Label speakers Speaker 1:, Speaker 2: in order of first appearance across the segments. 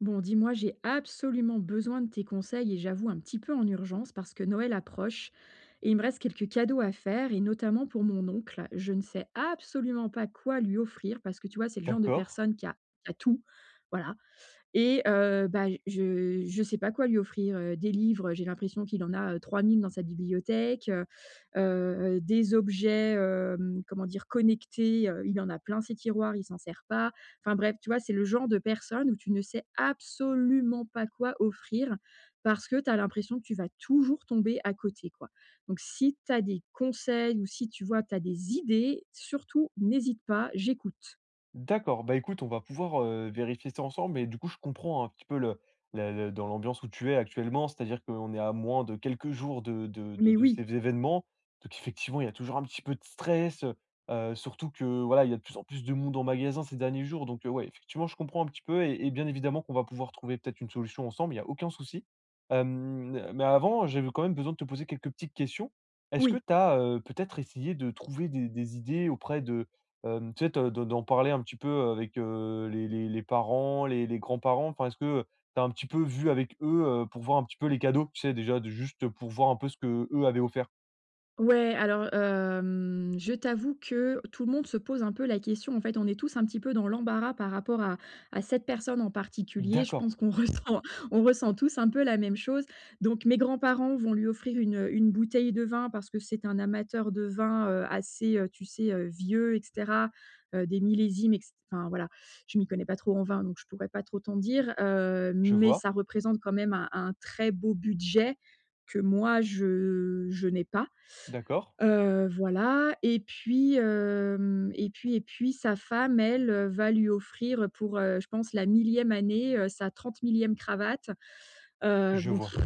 Speaker 1: Bon, dis-moi, j'ai absolument besoin de tes conseils et j'avoue un petit peu en urgence parce que Noël approche et il me reste quelques cadeaux à faire et notamment pour mon oncle. Je ne sais absolument pas quoi lui offrir parce que tu vois, c'est le genre de
Speaker 2: D'accord,
Speaker 1: personne qui a tout. Voilà. Et je sais pas quoi lui offrir, des livres, j'ai l'impression qu'il en a, 3 000 dans sa bibliothèque, des objets, comment dire? Connectés, il en a plein ses tiroirs, il s'en sert pas. Enfin bref, tu vois? C'est le genre de personne où tu ne sais absolument pas quoi offrir parce que tu as l'impression que tu vas toujours tomber à côté, quoi. Donc si tu as des conseils ou si tu vois, tu as des idées, surtout n'hésite pas, j'écoute.
Speaker 2: d'accord. Bah, écoute, on va pouvoir, vérifier ça ensemble et du coup, je comprends un petit peu le dans l'ambiance où tu es actuellement, c'est-à-dire qu'on est à moins de quelques jours de de de
Speaker 1: Mais
Speaker 2: de
Speaker 1: oui,
Speaker 2: ces événements. Donc effectivement, il y a toujours un petit peu de stress, surtout que, voilà, il y a de plus en plus de monde en magasin ces derniers jours. Donc, ouais, effectivement, je comprends un petit peu et bien évidemment qu'on va pouvoir trouver peut-être une solution ensemble, il y a aucun souci. Mais avant, j'avais quand même besoin de te poser quelques petites questions. Est-ce que
Speaker 1: oui.
Speaker 2: tu as peut-être essayé de trouver des idées auprès de tu sais, te de d'en parler un petit peu avec, les les parents, les grands-parents? Enfin, est-ce que tu as un petit peu vu avec eux, pour voir un petit peu les cadeaux? Tu sais, déjà, de juste pour voir un peu ce que eux avaient offert.
Speaker 1: Ouais, alors, je t'avoue que tout le monde se pose un peu la question. En fait, on est tous un petit peu dans l'embarras par rapport à cette personne en particulier. Je
Speaker 2: D'accord,
Speaker 1: pense qu'on ressent on ressent tous un peu la même chose. Donc mes grands-parents vont lui offrir une bouteille de vin parce que c'est un amateur de vin, assez, tu sais, vieux et cetera, des millésimes et cét enfin voilà, je m'y connais pas trop en vin, donc je pourrais pas trop t'en dire,
Speaker 2: je
Speaker 1: mais
Speaker 2: vois,
Speaker 1: ça représente quand même un très beau budget que moi je n'ai pas.
Speaker 2: d'accord,
Speaker 1: Voilà et puis, hem et puis sa femme, elle, va lui offrir pour, je pense la millième année, sa 30 millième cravate.
Speaker 2: je
Speaker 1: Bon,
Speaker 2: vois.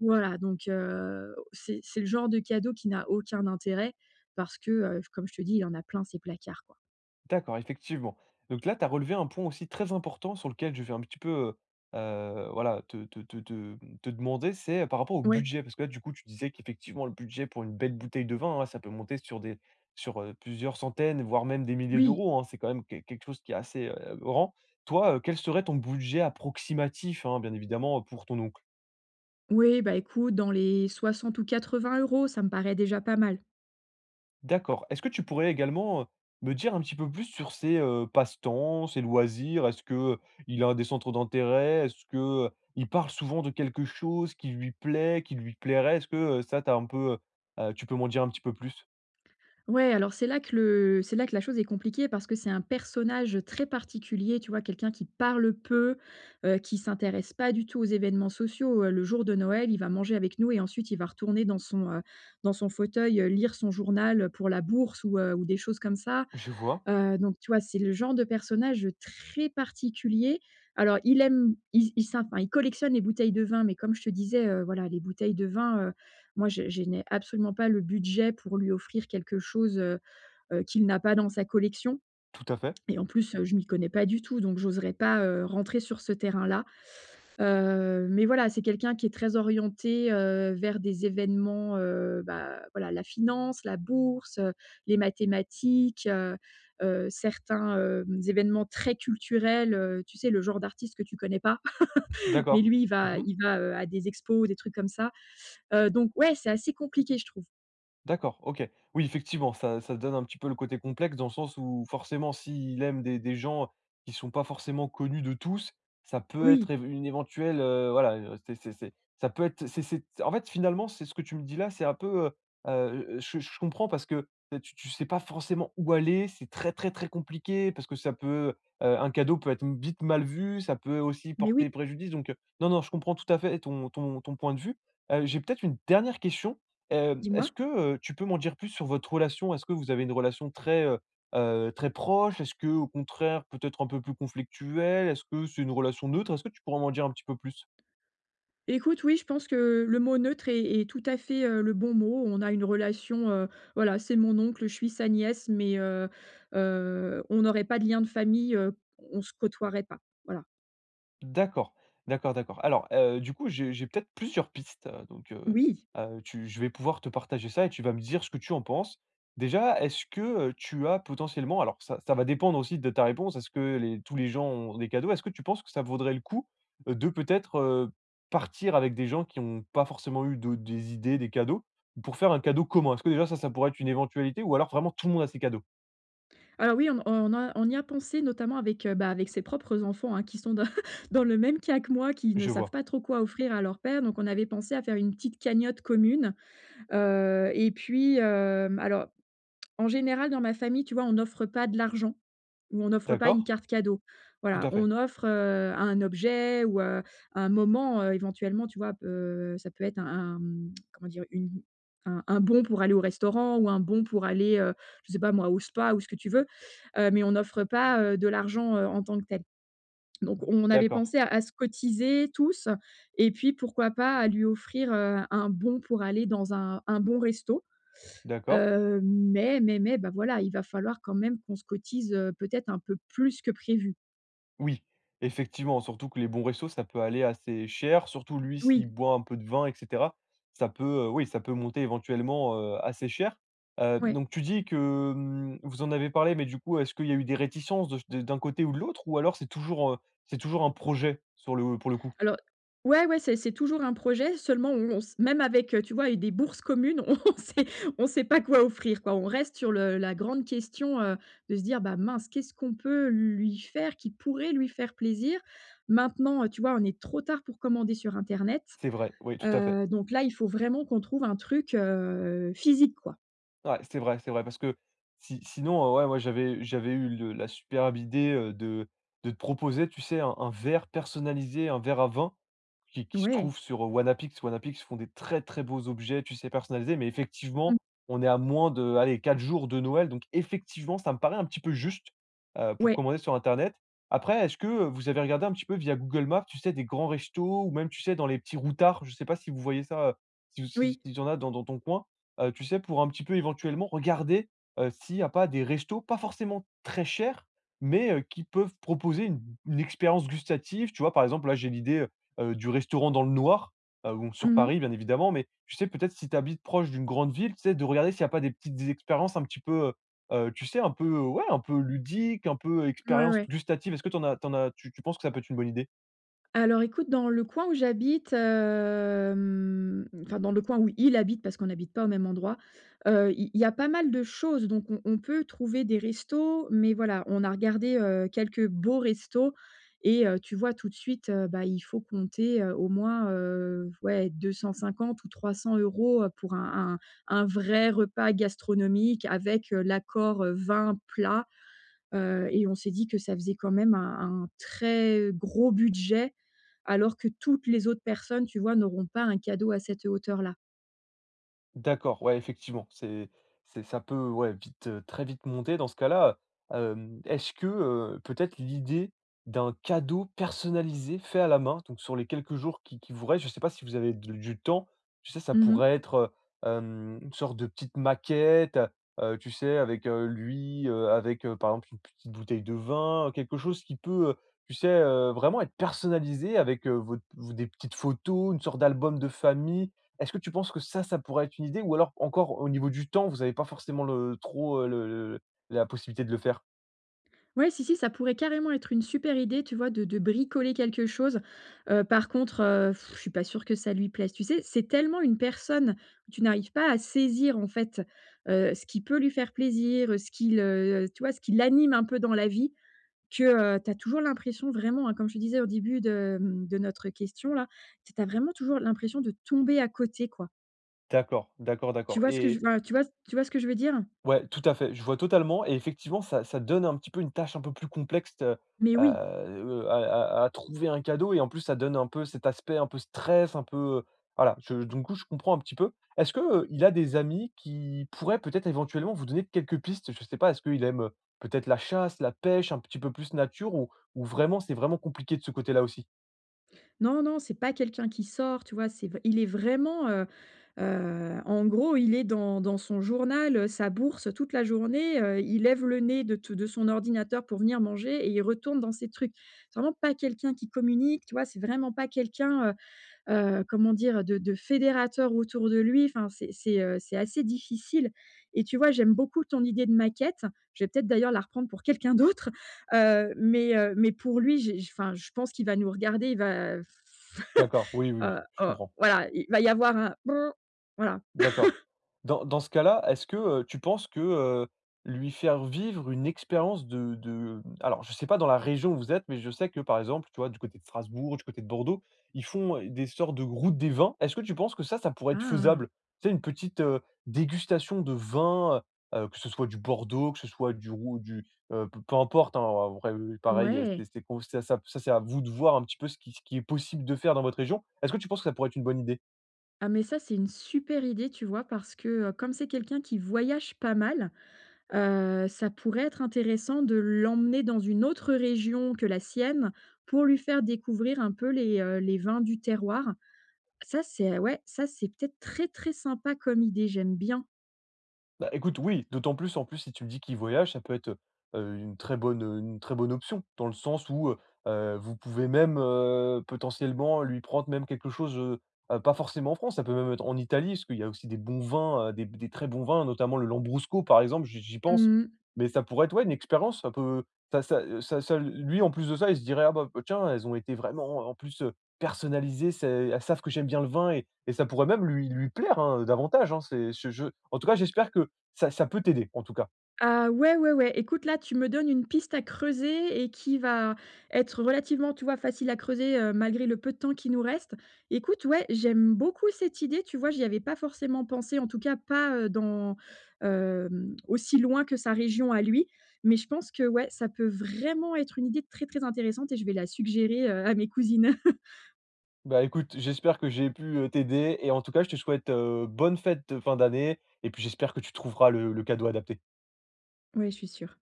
Speaker 1: voilà, donc c'est le genre de cadeau qui n'a aucun intérêt parce que, comme je te dis, il en a plein ses placards, quoi.
Speaker 2: D'accord, effectivement. Donc là, tu as relevé un point aussi très important sur lequel je vais un petit peu, heu voilà, te demander, c'est par rapport au
Speaker 1: Ouais,
Speaker 2: budget. Parce que là, du coup, tu disais qu'effectivement, le budget pour une belle bouteille de vin, hein, ça peut monter sur des sur, plusieurs centaines, voire même des milliers
Speaker 1: oui,
Speaker 2: d'euros, hein. C'est quand même qu quelque chose qui est assez, grand. Toi, quel serait ton budget approximatif, hein, bien évidemment, pour ton oncle?
Speaker 1: oui, bah, écoute, dans les 60 ou 80 euros, ça me paraît déjà pas mal.
Speaker 2: D'accord. Est-ce que tu pourrais également, me dire un petit peu plus sur ses, passe-temps, ses loisirs? Est-ce que il a des centres d'intérêt? Est-ce que il parle souvent de quelque chose qui lui plaît, qui lui plairait? Est-ce que, ça t'as un peu, tu peux m'en dire un petit peu plus?
Speaker 1: Ouais, alors c'est là que la chose est compliquée parce que c'est un personnage très particulier, tu vois? Quelqu'un qui parle peu, qui s'intéresse pas du tout aux événements sociaux. Le jour de Noël, il va manger avec nous et ensuite il va retourner dans son fauteuil, lire son journal, pour la bourse ou des choses comme ça.
Speaker 2: Je vois,
Speaker 1: Donc tu vois, c'est le genre de personnage, très particulier. Alors il aime il s'in enfin, il collectionne les bouteilles de vin, mais comme je te disais, voilà, les bouteilles de vin, moi je n'ai absolument pas le budget pour lui offrir quelque chose, qu'il n'a pas dans sa collection.
Speaker 2: tout à fait.
Speaker 1: Et en plus, je m'y connais pas du tout, donc j'oserais pas, rentrer sur ce terrain-là. Mais voilà, c'est quelqu'un qui est très orienté, vers des événements, bah, voilà, la finance, la bourse, les mathématiques, certains, événements très culturels, tu sais, le genre d'artiste que tu connais pas, mais
Speaker 2: D'accord.
Speaker 1: lui, il va
Speaker 2: Mmh.
Speaker 1: il va, heu, à des expos, des trucs comme ça. Donc ouais, c'est assez compliqué, je trouve.
Speaker 2: D'accord, OK. Oui, effectivement, ça donne un petit peu le côté complexe, dans le sens où forcément s'il aime des gens qui sont pas forcément connus de tous, ça peut être
Speaker 1: Oui,
Speaker 2: év une éventuelle, voilà, c'est ça peut être c'est en fait, finalement, c'est ce que tu me dis là, c'est un peu, je comprends. Parce que, tu sais pas forcément où aller, c'est très, très, très compliqué. Parce que ça peut, un cadeau peut être vite mal vu, ça peut aussi
Speaker 1: mais oui,
Speaker 2: porter préjudice. Donc, non, non, je comprends tout à fait ton point de vue. J'ai peut-être une dernière question.
Speaker 1: dis-moi?
Speaker 2: Est-ce que, tu peux m'en dire plus sur votre relation? Est-ce que vous avez une relation très, très proche? Est-ce que au contraire, peut-être un peu plus conflictuelle? Est-ce que c'est une relation neutre? Est-ce que tu pourrais m'en dire un petit peu plus?
Speaker 1: Écoute, oui, je pense que le mot neutre est tout à fait, le bon mot. On a une relation, voilà, c'est mon oncle, je suis sa nièce, mais on n'aurait pas de lien de famille, on se côtoierait pas, voilà.
Speaker 2: D'accord, d'accord, d'accord. Alors, du coup, j'ai peut-être plusieurs pistes, donc,
Speaker 1: Oui.
Speaker 2: tu je vais pouvoir te partager ça et tu vas me dire ce que tu en penses. Déjà, est-ce que, tu as potentiellement, alors ça, va dépendre aussi de ta réponse, est-ce que les tous les gens ont des cadeaux? Est-ce que tu penses que ça vaudrait le coup, de peut-être, partir avec des gens qui n'ont pas forcément eu de des idées, des cadeaux, pour faire un cadeau commun? Est-ce que déjà ça pourrait être une éventualité? Ou alors vraiment tout le monde a ses cadeaux?
Speaker 1: Alors oui, on y a pensé notamment avec, bah, avec ses propres enfants, hein, qui sont dans dans le même cas que moi, qui ne
Speaker 2: Je
Speaker 1: savent
Speaker 2: vois.
Speaker 1: pas trop quoi offrir à leur père, donc on avait pensé à faire une petite cagnotte commune, et puis, alors, en général, dans ma famille, tu vois, on n'offre pas de l'argent ou on n'offre pas
Speaker 2: D'accord,
Speaker 1: une carte cadeau.
Speaker 2: tout
Speaker 1: Voilà,
Speaker 2: à fait.
Speaker 1: on offre, un objet ou, un moment, éventuellement, tu vois? Ça peut être un, comment dire? Une un bon pour aller au restaurant ou un bon pour aller, je sais pas moi, au spa ou ce que tu veux, mais on n'offre pas, de l'argent, en tant que tel. Donc on avait
Speaker 2: D'accord,
Speaker 1: pensé à se cotiser tous et puis pourquoi pas à lui offrir, un bon pour aller dans un bon resto.
Speaker 2: d'accord.
Speaker 1: Mais mais, bah, voilà, il va falloir quand même qu'on se cotise, peut-être un peu plus que prévu.
Speaker 2: Oui, effectivement, surtout que les bons restos, ça peut aller assez cher, surtout lui
Speaker 1: Oui,
Speaker 2: s'il boit un peu de vin et cetera. Ça peut, oui, ça peut monter éventuellement, assez cher.
Speaker 1: ouais.
Speaker 2: Donc tu dis que, vous en avez parlé, mais du coup, est-ce qu'il y a eu des réticences de d'un côté ou de l'autre? Ou alors c'est toujours un projet sur le pour le coup?
Speaker 1: Alors ouais, ouais, c'est toujours un projet, seulement on s même avec, tu vois, et des bourses communes, on sait pas quoi offrir, quoi. On reste sur le la grande question, de se dire: «Bah, mince, qu'est-ce qu'on peut lui faire qui pourrait lui faire plaisir?» Maintenant, tu vois, on est trop tard pour commander sur internet,
Speaker 2: C'est vrai, oui, tout à fait.
Speaker 1: donc là, il faut vraiment qu'on trouve un truc, physique, quoi.
Speaker 2: Ouais, c'est vrai, c'est vrai. Parce que si sinon, ouais, moi j'avais eu le la superbe idée, de te proposer, tu sais, un verre personnalisé, un verre à vin qui se trouve
Speaker 1: Ouais.
Speaker 2: sur, Wanapix. Wanapix font des très, très beaux objets, tu sais, personnalisés. Mais
Speaker 1: Mmh.
Speaker 2: effectivement, on est à moins de, allez, 4 jours de Noël, donc effectivement, ça me paraît un petit peu juste, pour
Speaker 1: Ouais.
Speaker 2: commander sur internet. Après, est-ce que vous avez regardé un petit peu via Google Maps, tu sais, des grands restos, ou même, tu sais, dans les petits routards? Je sais pas si vous voyez ça, si si
Speaker 1: Oui.
Speaker 2: s'il y en a dans ton coin? Tu sais, pour un petit peu éventuellement regarder, s'il n'y a pas des restos, pas forcément très chers, mais qui peuvent proposer une expérience gustative. Tu vois, par exemple, là, j'ai l'idée, du restaurant dans le noir, bon, sur
Speaker 1: Mmh mh.
Speaker 2: Paris, bien évidemment, mais tu sais, peut-être si tu habites proche d'une grande ville, tu sais, de regarder s'il n'y a pas des expériences un petit peu, tu sais, un peu, ouais, un peu ludiques, un peu
Speaker 1: Ouais,
Speaker 2: expérience
Speaker 1: ouais.
Speaker 2: gustative. Est-ce que tu en as tu en as tu tu penses que ça peut être une bonne idée?
Speaker 1: Alors écoute, dans le coin où j'habite, enfin dans le coin où il habite parce qu'on n'habite pas au même endroit, il y a pas mal de choses, donc on peut trouver des restos, mais voilà, on a regardé, quelques beaux restos et tu vois tout de suite, bah, il faut compter, au moins, ouais, 250 ou 300 € pour un vrai repas gastronomique avec, l'apport, vin, plat. Et on s'est dit que ça faisait quand même un très gros budget, alors que toutes les autres personnes, tu vois, n'auront pas un cadeau à cette hauteur-là.
Speaker 2: D'accord, ouais, effectivement, c'est ça peut, ouais, vite, très vite monter dans ce cas-là. Est-ce que, peut-être l'idée d'un cadeau personnalisé fait à la main, donc sur les quelques jours qui vous restent, je ne sais pas si vous avez du temps, tu sais, ça
Speaker 1: Mmh.
Speaker 2: pourrait être, une sorte de petite maquette, tu sais, avec, lui, avec, par exemple, une petite bouteille de vin, quelque chose qui peut, tu sais, vraiment être personnalisé avec, votre v des petites photos, une sorte d'album de famille. Est-ce que tu penses que ça pourrait être une idée? Ou alors encore au niveau du temps, vous n'avez pas forcément le trop, le la possibilité de le faire?
Speaker 1: Ouais, si, si, ça pourrait carrément être une super idée, tu vois, de bricoler quelque chose. Par contre, je suis pas sûre que ça lui plaise. Tu sais, c'est tellement une personne, tu n'arrives pas à saisir, en fait, ce qui peut lui faire plaisir, ce qui le tu vois, ce qui l'anime un peu dans la vie, que, tu as toujours l'impression vraiment, hein, comme je te disais au début de notre question là, tu as vraiment toujours l'impression de tomber à côté, quoi.
Speaker 2: D'accord, d'accord,
Speaker 1: Tu
Speaker 2: d'accord,
Speaker 1: vois ce que je enfin, tu vois ce que je veux dire?
Speaker 2: ouais, tout à fait. Je vois totalement. Et effectivement, ça donne un petit peu une tâche un peu plus complexe,
Speaker 1: Mais
Speaker 2: à,
Speaker 1: oui.
Speaker 2: à trouver un cadeau. Et en plus, ça donne un peu cet aspect un peu stress, un peu, voilà, je du coup, je comprends un petit peu. Est-ce que, il a des amis qui pourraient peut-être éventuellement vous donner quelques pistes? Je sais pas, est-ce qu'il aime, peut-être la chasse, la pêche, un petit peu plus nature? Ou vraiment c'est vraiment compliqué de ce côté-là aussi?
Speaker 1: Non, non, c'est pas quelqu'un qui sort, tu vois? C'est v Il est vraiment, en gros, il est dans son journal, sa bourse toute la journée, il lève le nez de son ordinateur pour venir manger et il retourne dans ses trucs. C'est vraiment pas quelqu'un qui communique, tu vois? C'est vraiment pas quelqu'un, comment dire? De fédérateur autour de lui. Enfin, c'est assez difficile, et tu vois, j'aime beaucoup ton idée de maquette. Je vais peut-être d'ailleurs la reprendre pour quelqu'un d'autre, mais pour lui, je pense qu'il va nous regarder,
Speaker 2: D'accord, oui, oui, oui, je
Speaker 1: oh,
Speaker 2: comprends.
Speaker 1: voilà, il va y avoir un Brrr. Voilà.
Speaker 2: D'accord. Dans ce cas-là, est-ce que, tu penses que, lui faire vivre une expérience de alors je ne sais pas dans la région où vous êtes, mais je sais que, par exemple, tu vois, du côté de Strasbourg, du côté de Bordeaux, ils font, des sortes de routes des vins. Est-ce que tu penses que ça pourrait être
Speaker 1: Ah!
Speaker 2: faisable? Tu sais, une petite, dégustation de vins, que ce soit du Bordeaux, que ce soit du, peu importe, hein, en vrai, pareil,
Speaker 1: Ouais.
Speaker 2: c'est con ça ça ça, c'est à vous de voir un petit peu ce qui est possible de faire dans votre région. Est-ce que tu penses que ça pourrait être une bonne idée?
Speaker 1: Ah, mais ça, c'est une super idée, tu vois? Parce que, comme c'est quelqu'un qui voyage pas mal. Ça pourrait être intéressant de l'emmener dans une autre région que la sienne pour lui faire découvrir un peu les vins du terroir. Ça, c'est peut-être très, très sympa comme idée, j'aime bien.
Speaker 2: Bah, écoute, oui, d'autant plus, en plus, si tu me dis qu'il voyage, ça peut être, une très bonne option. Dans le sens où, vous pouvez même, potentiellement lui prendre même quelque chose, pas forcément en France, ça peut même être en Italie, parce qu'il y a aussi des bons vins, des très bons vins, notamment le Lambrusco, par exemple, j'y pense.
Speaker 1: Mmh.
Speaker 2: Mais ça pourrait être, ouais, une expérience, ça peut ça ça, ça ça lui, en plus de ça, il se dirait: «Ah bah, tiens, elles ont été vraiment, en plus, personnalisées, c'est elles savent que j'aime bien le vin», et ça pourrait même lui plaire, hein, davantage, hein. C'est je En tout cas, j'espère que ça peut t'aider, en tout cas.
Speaker 1: Ah ouais, ouais, ouais. Écoute, là, tu me donnes une piste à creuser et qui va être relativement, tu vois, facile à creuser, malgré le peu de temps qui nous reste. Écoute, ouais, j'aime beaucoup cette idée, tu vois? J'y avais pas forcément pensé, en tout cas pas, dans, aussi loin que sa région à lui. Mais je pense que, ouais, ça peut vraiment être une idée très, très intéressante et je vais la suggérer, à mes cousines.
Speaker 2: Bah, écoute, j'espère que j'ai pu, t'aider, et en tout cas, je te souhaite, bonne fête de fin d'année et puis j'espère que tu trouveras le cadeau adapté.
Speaker 1: Ouais, je suis sûre.